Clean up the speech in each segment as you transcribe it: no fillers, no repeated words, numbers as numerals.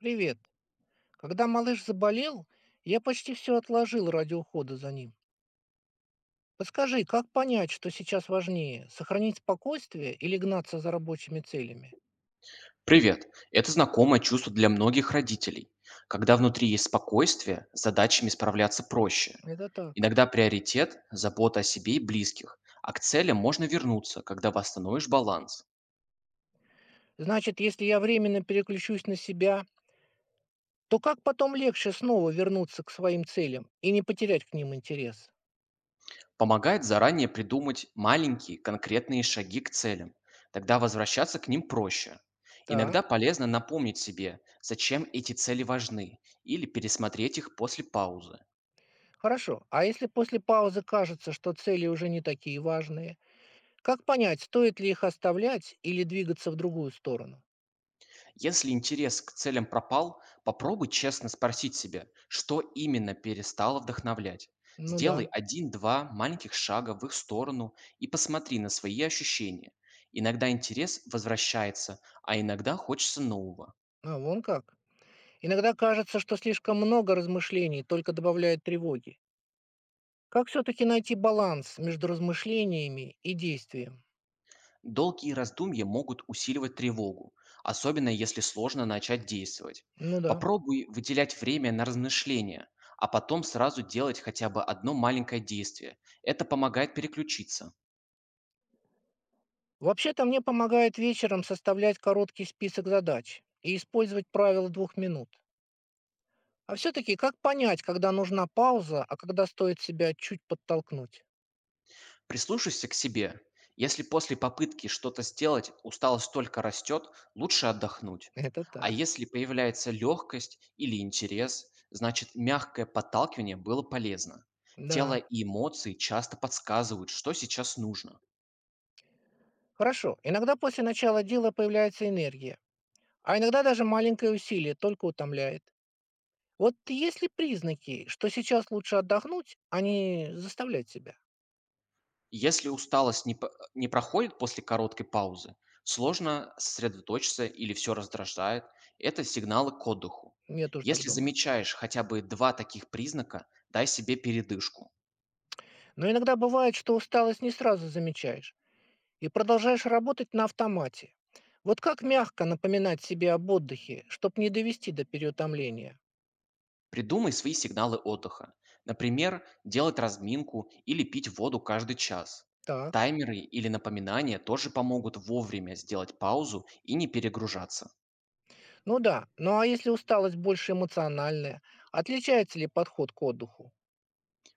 Привет. Когда малыш заболел, я почти все отложил ради ухода за ним. Подскажи, как понять, что сейчас важнее, сохранить спокойствие или гнаться за рабочими целями? Привет. Это знакомое чувство для многих родителей. Когда внутри есть спокойствие, с задачами справляться проще. Это так. Иногда приоритет– забота о себе и близких, а к целям можно вернуться, когда восстановишь баланс. Значит, если я временно переключусь на себя, то как потом легче снова вернуться к своим целям и не потерять к ним интерес? Помогает заранее придумать маленькие конкретные шаги к целям, тогда возвращаться к ним проще. Иногда Так, полезно напомнить себе, зачем эти цели важны, или пересмотреть их после паузы. хорошо. А если после паузы кажется, что цели уже не такие важные, как понять, стоит ли их оставлять или двигаться в другую сторону? Если интерес к целям пропал, попробуй честно спросить себя, что именно перестало вдохновлять. Ну да, Сделай один-два маленьких шага в их сторону и посмотри на свои ощущения. Иногда интерес возвращается, а иногда хочется нового. а вон как. Иногда кажется, что слишком много размышлений только добавляет тревоги. Как все-таки найти баланс между размышлениями и действием? Долгие раздумья могут усиливать тревогу, особенно если сложно начать действовать. Ну да. Попробуй выделять время на размышления, а потом сразу делать хотя бы одно маленькое действие. Это помогает переключиться. Вообще-то мне помогает вечером составлять короткий список задач и использовать правило 2 минут. А все-таки как понять, когда нужна пауза, а когда стоит себя чуть подтолкнуть? Прислушайся к себе. Если после попытки что-то сделать усталость только растет, лучше отдохнуть. Это А так. если появляется легкость или интерес, значит мягкое подталкивание было полезно. Тело Да. и эмоции часто подсказывают, что сейчас нужно. Хорошо. Иногда после начала дела появляется энергия. А иногда даже маленькое усилие только утомляет. Вот есть ли признаки, что сейчас лучше отдохнуть, а не заставлять себя? Если усталость не проходит после короткой паузы, сложно сосредоточиться или все раздражает, это сигналы к отдыху. Я тоже так Если думаю. замечаешь хотя бы два таких признака, дай себе передышку. Но иногда бывает, что усталость не сразу замечаешь и продолжаешь работать на автомате. Вот как мягко напоминать себе об отдыхе, чтобы не довести до переутомления? Придумай свои сигналы отдыха. Например, делать разминку или пить воду каждый час. Так. Таймеры или напоминания тоже помогут вовремя сделать паузу и не перегружаться. Ну да. Ну а если усталость больше эмоциональная, отличается ли подход к отдыху?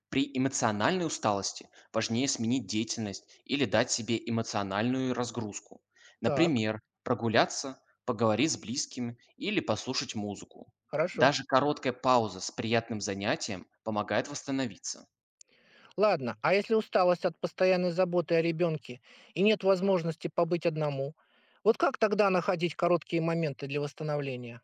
При эмоциональной усталости важнее сменить деятельность или дать себе эмоциональную разгрузку. Так. Например, прогуляться, поговорить с близкими или послушать музыку. Хорошо. Даже короткая пауза с приятным занятием помогает восстановиться. Ладно, а если усталость от постоянной заботы о ребенке и нет возможности побыть одному, вот как тогда находить короткие моменты для восстановления?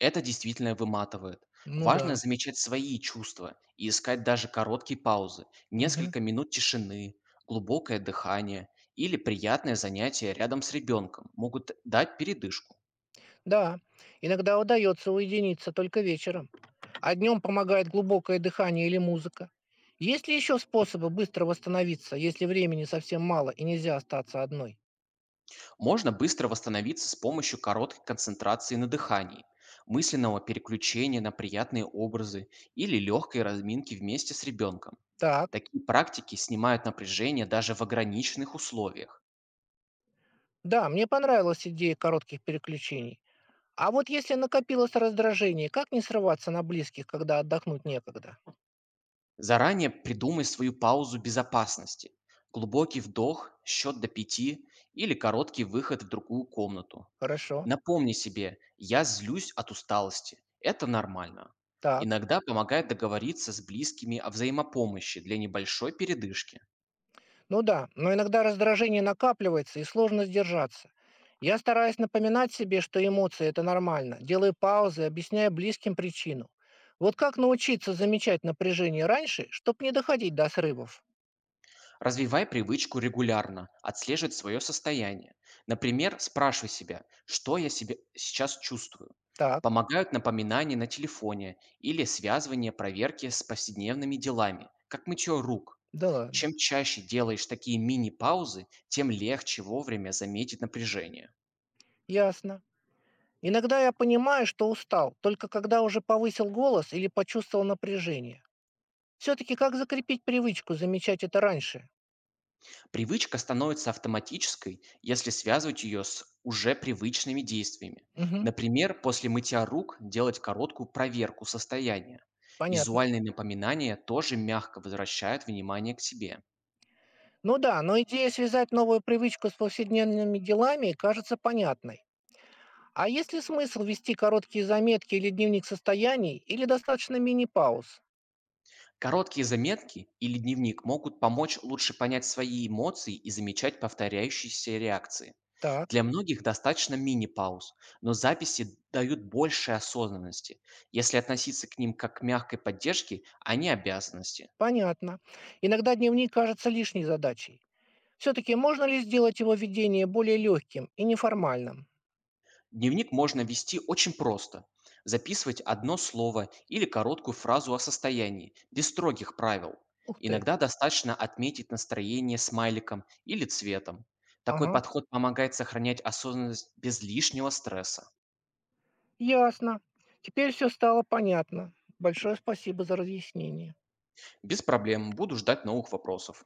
Это действительно выматывает. Ну да. Важно замечать свои чувства и искать даже короткие паузы, Мгм. несколько минут тишины, глубокое дыхание или приятное занятие рядом с ребенком могут дать передышку. Да, иногда удается уединиться только вечером, а днем помогает глубокое дыхание или музыка. Есть ли еще способы быстро восстановиться, если времени совсем мало и нельзя остаться одной? Можно быстро восстановиться с помощью короткой концентрации на дыхании, мысленного переключения на приятные образы или легкой разминки вместе с ребенком. Так, Такие практики снимают напряжение даже в ограниченных условиях. да, мне понравилась идея коротких переключений. А вот если накопилось раздражение, как не срываться на близких, когда отдохнуть некогда? Заранее придумай свою паузу безопасности. Глубокий вдох, счет до пяти или короткий выход в другую комнату. Хорошо. Напомни себе, я злюсь от усталости. Это нормально. Так. Иногда помогает договориться с близкими о взаимопомощи для небольшой передышки. Ну да, но иногда раздражение накапливается и сложно сдержаться. Я стараюсь напоминать себе, что эмоции– это нормально, делаю паузы, объясняя близким причину. Вот как научиться замечать напряжение раньше, чтобы не доходить до срывов? Развивай привычку регулярно отслеживать свое состояние. Например, спрашивай себя, что я себе сейчас чувствую. Так, Помогают напоминания на телефоне или связывание проверки с повседневными делами, как мытье рук. да ладно. Чем чаще делаешь такие мини-паузы, тем легче вовремя заметить напряжение. Ясно. Иногда я понимаю, что устал, только когда уже повысил голос или почувствовал напряжение. Все-таки как закрепить привычку замечать это раньше? Привычка становится автоматической, если связывать ее с уже привычными действиями. Угу, Например, после мытья рук делать короткую проверку состояния. понятно. Визуальные напоминания тоже мягко возвращают внимание к себе. Ну да, но идея связать новую привычку с повседневными делами кажется понятной. А есть ли смысл вести короткие заметки или дневник состояний, или достаточно мини-пауз? Короткие заметки или дневник могут помочь лучше понять свои эмоции и замечать повторяющиеся реакции. Так, Для многих достаточно мини-пауз, но записи дают больше осознанности. Если относиться к ним как к мягкой поддержке, а не обязанности. понятно. Иногда дневник кажется лишней задачей. Все-таки можно ли сделать его ведение более легким и неформальным? Дневник можно вести очень просто. Записывать одно слово или короткую фразу о состоянии, без строгих правил. Ух ты, Иногда достаточно отметить настроение смайликом или цветом. Такой ага, подход помогает сохранять осознанность без лишнего стресса. ясно. Теперь все стало понятно. Большое спасибо за разъяснение. Без проблем, буду ждать новых вопросов.